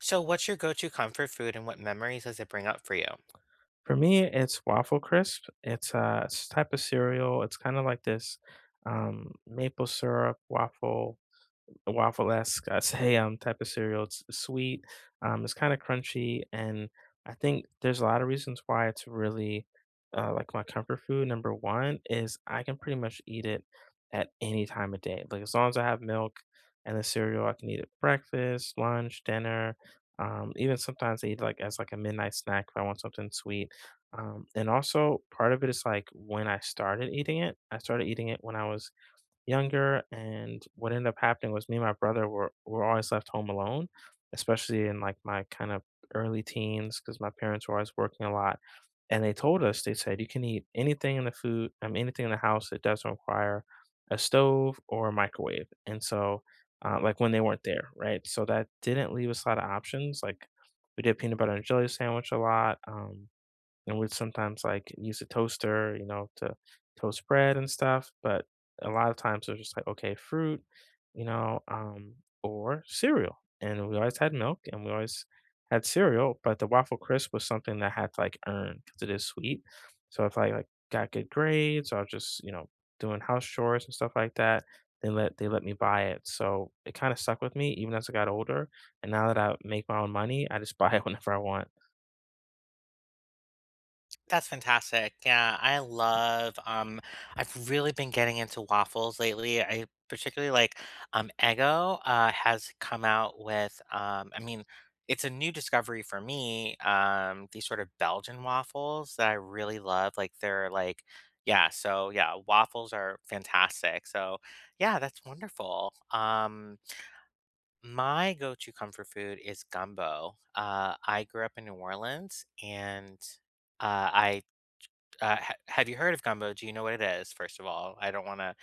So, what's your go to comfort food and what memories does it bring up for you? For me, it's Waffle Crisp. It's a type of cereal. It's kind of like this maple syrup waffle esque Saham type of cereal. It's sweet, it's kind of crunchy, and I think there's a lot of reasons why it's really like my comfort food. Number one is I can pretty much eat it at any time of day. Like as long as I have milk and the cereal, I can eat it breakfast, lunch, dinner. Even sometimes I eat like as like a midnight snack if I want something sweet. And also part of it is like when I started eating it, I started eating it when I was younger, and what ended up happening was me and my brother were always left home alone, especially in like my kind of early teens, because my parents were always working a lot. And they told us, they said, you can eat anything in the food, anything in the house that doesn't require a stove or a microwave. And so, like when they weren't there, right? So that didn't leave us a lot of options. Like we did peanut butter and jelly sandwich a lot. And we'd sometimes like use a toaster, you know, to toast bread and stuff. But a lot of times it was just like, okay, fruit, you know, um, or cereal. And we always had milk and we always had cereal, but the waffle crisp was something that I had to like earn because it is sweet. So if I like got good grades or just, you know, doing house chores and stuff like that, they let me buy it. So it kind of stuck with me even as I got older. And now that I make my own money, I just buy it whenever I want. That's fantastic. Yeah, I love, I've really been getting into waffles lately. I particularly like Eggo has come out with, I mean, it's a new discovery for me. These sort of Belgian waffles that I really love. Like, they're like, yeah, so yeah, waffles are fantastic. So, yeah, that's wonderful. My go-to comfort food is gumbo. I grew up in New Orleans, and I ha have you heard of gumbo? Do you know what it is? First of all, I don't want to.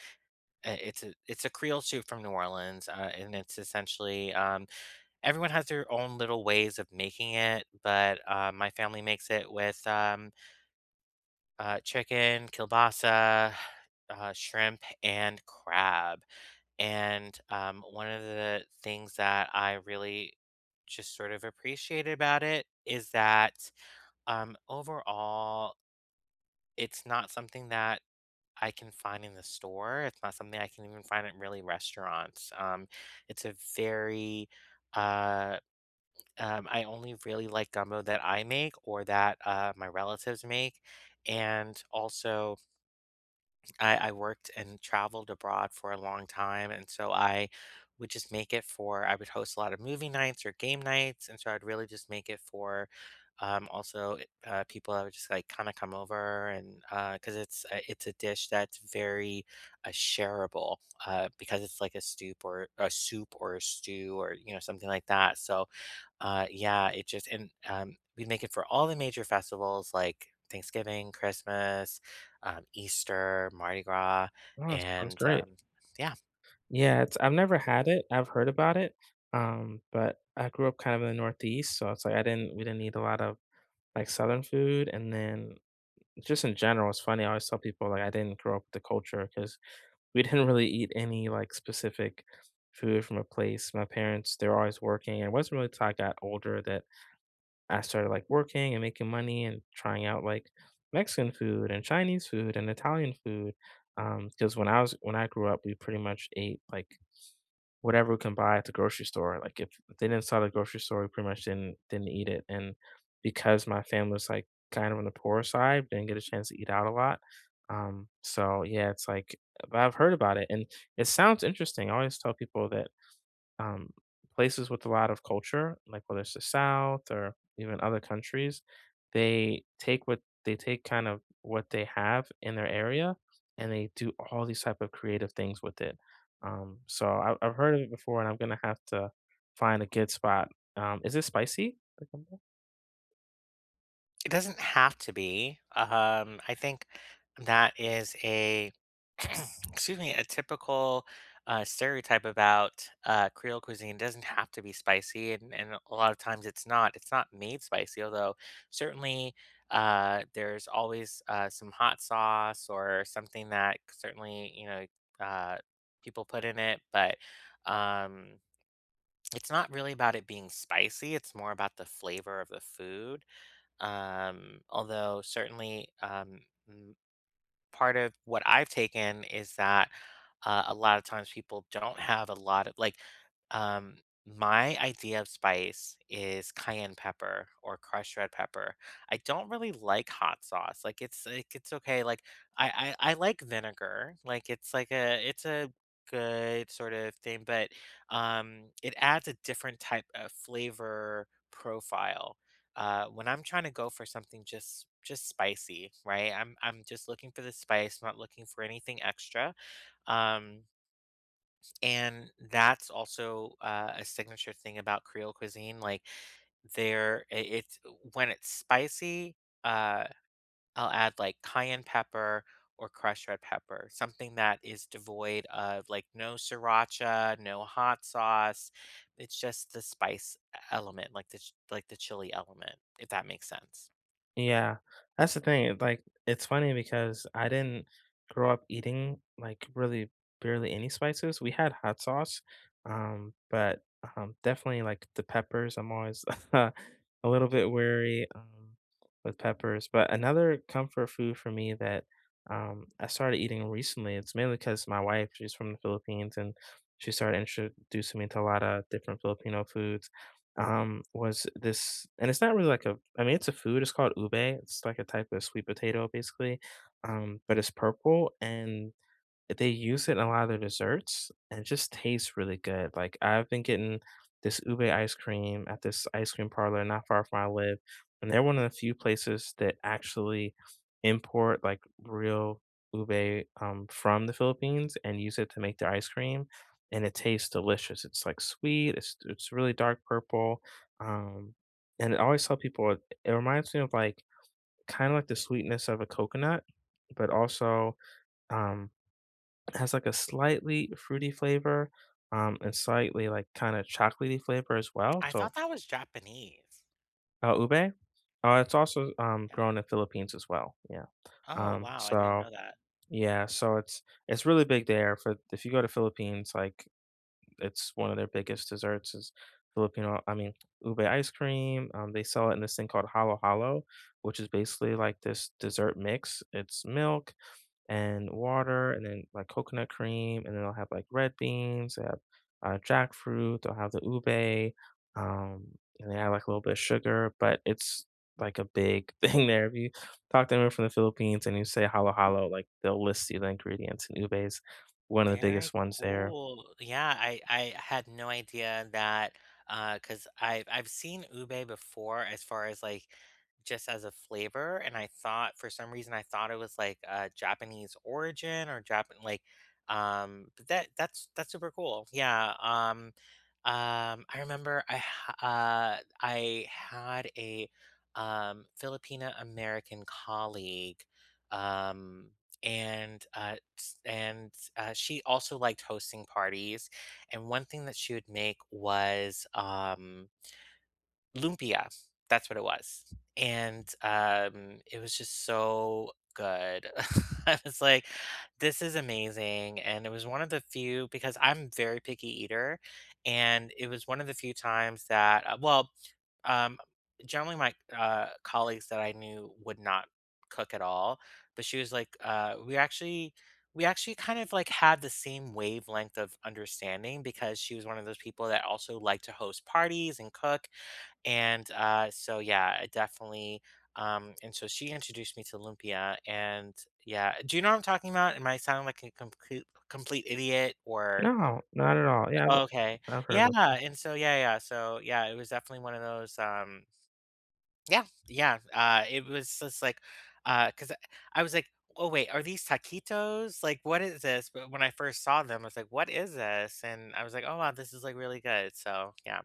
It's a Creole soup from New Orleans, and it's essentially everyone has their own little ways of making it, but my family makes it with chicken, kielbasa, shrimp, and crab. And one of the things that I really just sort of appreciate about it is that overall, it's not something that I can find in the store. It's not something I can even find at really restaurants. It's a very, uh, I only really like gumbo that I make or that my relatives make. And also, I worked and traveled abroad for a long time, and so I would just make it for I would host a lot of movie nights or game nights, and so I'd really just make it for also people that would just like kind of come over and because it's a dish that's very shareable because it's like a soup or a stew or you know something like that. So yeah, it just and, we make it for all the major festivals like Thanksgiving, Christmas, Easter, Mardi Gras, Oh, sounds and, great. Yeah. Yeah, it's I've never had it. I've heard about it, but I grew up kind of in the Northeast, so it's like I didn't we didn't eat a lot of like Southern food, and then just in general, it's funny. I always tell people like I didn't grow up with the culture because we didn't really eat any like specific food from a place. My parents they're always working, and it wasn't really till I got older that I started like working and making money and trying out like Mexican food and Chinese food and Italian food. Because when I was when I grew up, we pretty much ate like whatever we can buy at the grocery store. Like if they didn't sell at the grocery store, we pretty much didn't eat it. And because my family was like kind of on the poor side, didn't get a chance to eat out a lot. So yeah, it's like but I've heard about it and it sounds interesting. I always tell people that um, places with a lot of culture, like whether it's the South or even other countries, they take what they take kind of what they have in their area and they do all these type of creative things with it. So I've heard of it before, and I'm gonna have to find a good spot. Is it spicy? It doesn't have to be. I think that is a excuse me, a typical stereotype about Creole cuisine. It doesn't have to be spicy, and a lot of times it's not. It's not made spicy, although certainly there's always some hot sauce or something that certainly you know uh, people put in it, but um, it's not really about it being spicy. It's more about the flavor of the food although certainly, mm, part of what I've taken is that, a lot of times people don't have a lot of like, um, my idea of spice is cayenne pepper or crushed red pepper. I don't really like hot sauce. Like it's okay. Like I like vinegar. Like it's like a good sort of thing, but it adds a different type of flavor profile when I'm trying to go for something just spicy, right? I'm just looking for the spice, not looking for anything extra. Um, and that's also a signature thing about Creole cuisine. Like it's when it's spicy, uh, I'll add like cayenne pepper or crushed red pepper, something that is devoid of like no sriracha, no hot sauce. It's just the element, like the like the chili element, if that makes sense. Yeah, that's the thing. Like, it's funny because I didn't grow up eating like really barely any spices. We had hot sauce, but definitely like the peppers. I'm always a little bit wary with peppers. But another comfort food for me that I started eating recently, it's mainly because my wife, she's from the Philippines and she started introducing me to a lot of different Filipino foods was this and it's not really like a I mean it's a food it's called ube it's like a type of sweet potato basically but it's purple and they use it in a lot of their desserts, and it just tastes really good, like, I've been getting this ube ice cream at this ice cream parlor not far from where I live, and they're one of the few places that actually import, like, real ube, from the Philippines and use it to make their ice cream, and it tastes delicious. It's, like, sweet, it's really dark purple, um, and I always tell people it it reminds me of, like, kinda like the sweetness of a coconut, but also, um has like a slightly fruity flavor, and slightly like kind of chocolatey flavor as well. I So thought that was Japanese. Ube, it's also Yeah. grown in Philippines as well. Yeah. Oh, Um, wow, I didn't so know that. yeah, so it's really big there. For if you go to Philippines, like it's one of their biggest desserts is Filipino. I mean, ube ice cream. They sell it in this thing called halo halo, which is basically like this dessert mix. It's milk and water and then like coconut cream and then I'll have like red beans, I have jackfruit, I'll have the ube, um, and they add like a little bit of sugar, but it's like a big thing there. If you talk to anyone from the Philippines and you say halo halo, like they'll list you the ingredients and ube is one of the Very biggest ones there. cool. Yeah, I had no idea that because I I've seen ube before as far as like just as a flavor and I thought for some reason I thought it was like a Japanese origin or Japan like but that's super cool. Yeah. I remember I had a Filipina American colleague um and s- and she also liked hosting parties. And one thing that she would make was lumpia. That's what it was, and it was just so good. I was like, "This is amazing," and it was one of the few because I'm very picky eater, and it was one of the few times that well, um, generally, my colleagues that I knew would not cook at all, but she was like, we actually kind of like had the same wavelength of understanding because she was one of those people that also liked to host parties and cook, and so yeah, I definitely." And so she introduced me to lumpia, and yeah, do you know what I'm talking about? Am I sounding like a complete idiot or No, not at all. Yeah, okay? I've Yeah, heard of and so yeah, it was definitely one of those. Yeah, it was just like, because I was like, "Oh, wait, are these taquitos? Like, what is this?" But when I first saw them, I was like, "What is this?" And I was like, "Oh, wow, this is, like, really good." So, yeah.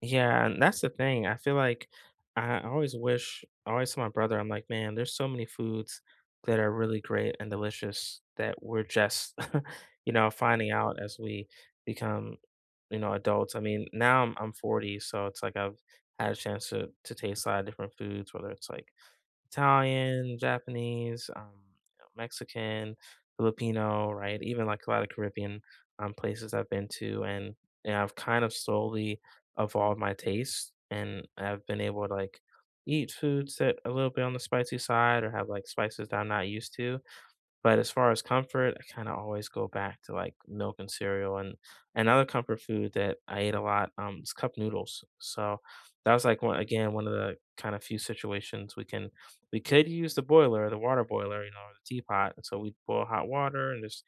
Yeah, and that's the thing. I feel like I always wish, I always tell my brother, I'm like, man, there's so many foods that are really great and delicious that we're just, you know, finding out as we become, you know, adults. I mean, now I'm 40, so it's like I've had a chance to taste a lot of different foods, whether it's like Italian, Japanese, you know, Mexican, Filipino, right? Even like a lot of Caribbean places I've been to, and I've kind of slowly evolved my taste, and I've been able to like eat foods that a little bit on the spicy side or have like spices that I'm not used to, but as far as comfort, I kinda always go back to, like, milk and cereal, and another comfort food that I ate a lot, is cup noodles. So, that was, like, one again, one of the kind of few situations we could use the boiler, the water boiler, you know, or the teapot, and so we'd boil hot water and just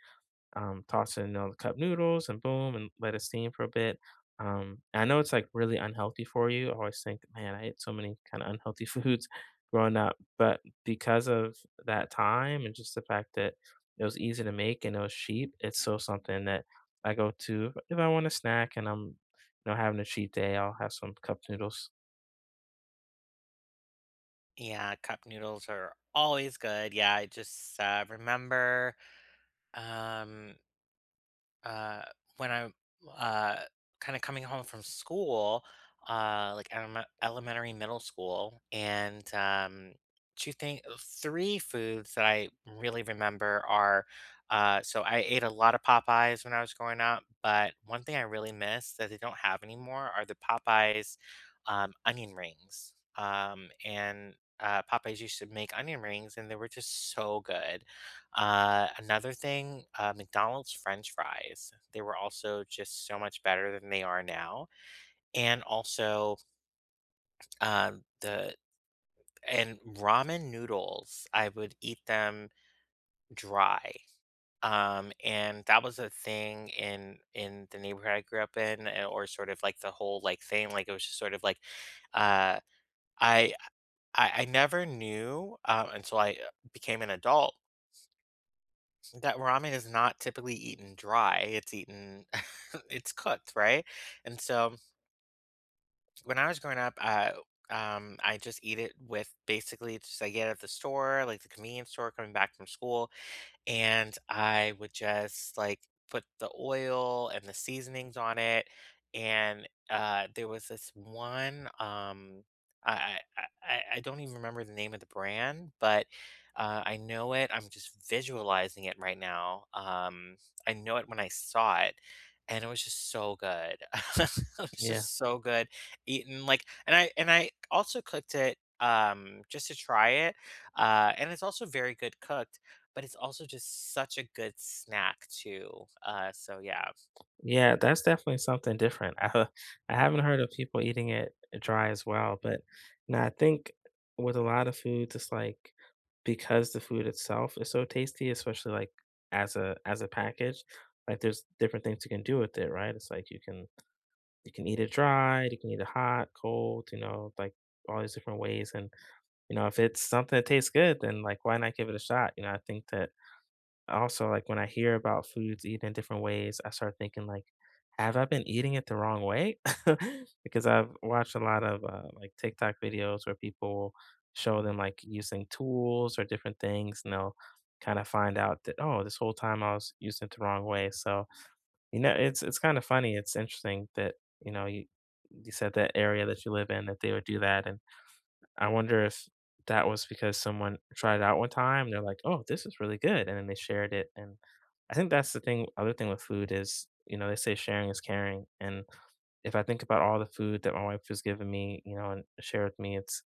toss in all the cup noodles and boom, and let it steam for a bit. I know it's like really unhealthy for you. I always think, man, I ate so many kind of unhealthy foods growing up, but because of that time and just the fact that it was easy to make and it was cheap, it's so something that I go to if I want a snack and I'm, you know, having a cheat day. I'll have some cup noodles. Yeah, cup noodles are always good. Yeah, I just, remember, um uh, when I'm uh, kind of coming home from school, like elementary, middle school, and two things, three foods that I really remember are. So I ate a lot of Popeyes when I was growing up, but one thing I really miss that they don't have anymore are the Popeyes onion rings. And Popeyes used to make onion rings, and they were just so good. Another thing, McDonald's French fries. They were also just so much better than they are now. And also, the and ramen noodles. I would eat them dry. And that was a thing in the neighborhood I grew up in, or sort of like the whole like thing. Like it was just sort of like, uh, I I never knew until I became an adult that ramen is not typically eaten dry, it's eaten it's cooked, right? And so, when I was growing up, I just eat it with basically it's just I get it at the store, like the convenience store coming back from school, and I would just like put the oil and the seasonings on it. And there was this one, I, I I don't even remember the name of the brand, but I know it. I'm just visualizing it right now. I know it when I saw it, and it was just so good. It was Yeah. just so good. Eaten like, and I also cooked it just to try it, and it's also very good cooked but it's also just such a good snack too. So yeah. Yeah, that's definitely something different. I I haven't heard of people eating it dry as well, but now I think with a lot of foods, it's like because the food itself is so tasty, especially like as a package, like there's different things you can do with it, right? It's like you can eat it dry, you can eat it hot, cold, you know, like all these different ways. And you know, if it's something that tastes good, then like why not give it a shot? You know, I think that also, like, when I hear about foods eaten in different ways, I start thinking like, have I been eating it the wrong way? Because I've watched a lot of, like, TikTok videos where people show them, like, using tools or different things, and they'll kinda find out that, "Oh, this whole time I was using it the wrong way." So, you know, it's kinda funny. It's interesting that, you know, you said that area that you live in, that they would do that and I wonder if that was because someone tried it out one time, they're like, "Oh, this is really good," and then they shared it, and I think that's the thing other thing with food is, you know, they say sharing is caring, and if I think about all the food that my wife has given me, you know, and shared with me, it's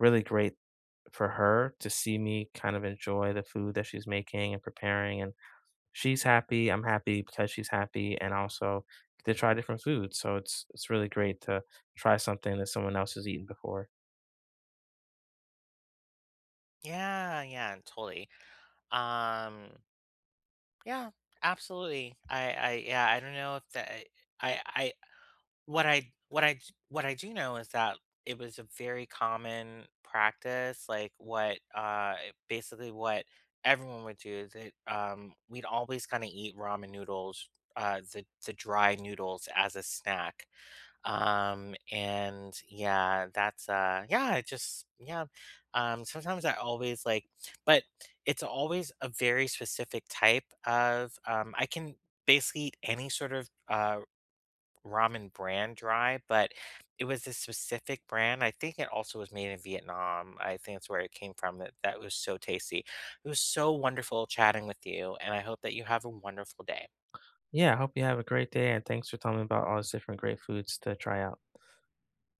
really great for her to see me kind of enjoy the food that she's making and preparing, and she's happy, I'm happy because she's happy, and also to try different foods, so it's really great to try something that someone else has eaten before. Yeah, yeah, totally. Um, yeah, absolutely. Yeah, I don't know if that, I, I, what I, what I, what I do know is that it was a very common practice, like what, basically what everyone would do is that, we'd always kind of eat ramen noodles, the dry noodles as a snack. And yeah, that's yeah, it just yeah, sometimes I always like, but it's always a very specific type of. I can basically eat any sort of ramen brand dry, but it was this specific brand. I think it also was made in Vietnam. I think that's where it came from, that that was so tasty. It was so wonderful chatting with you and I hope that you have a wonderful day. Yeah, I hope you have a great day and thanks for telling me about all these different great foods to try out.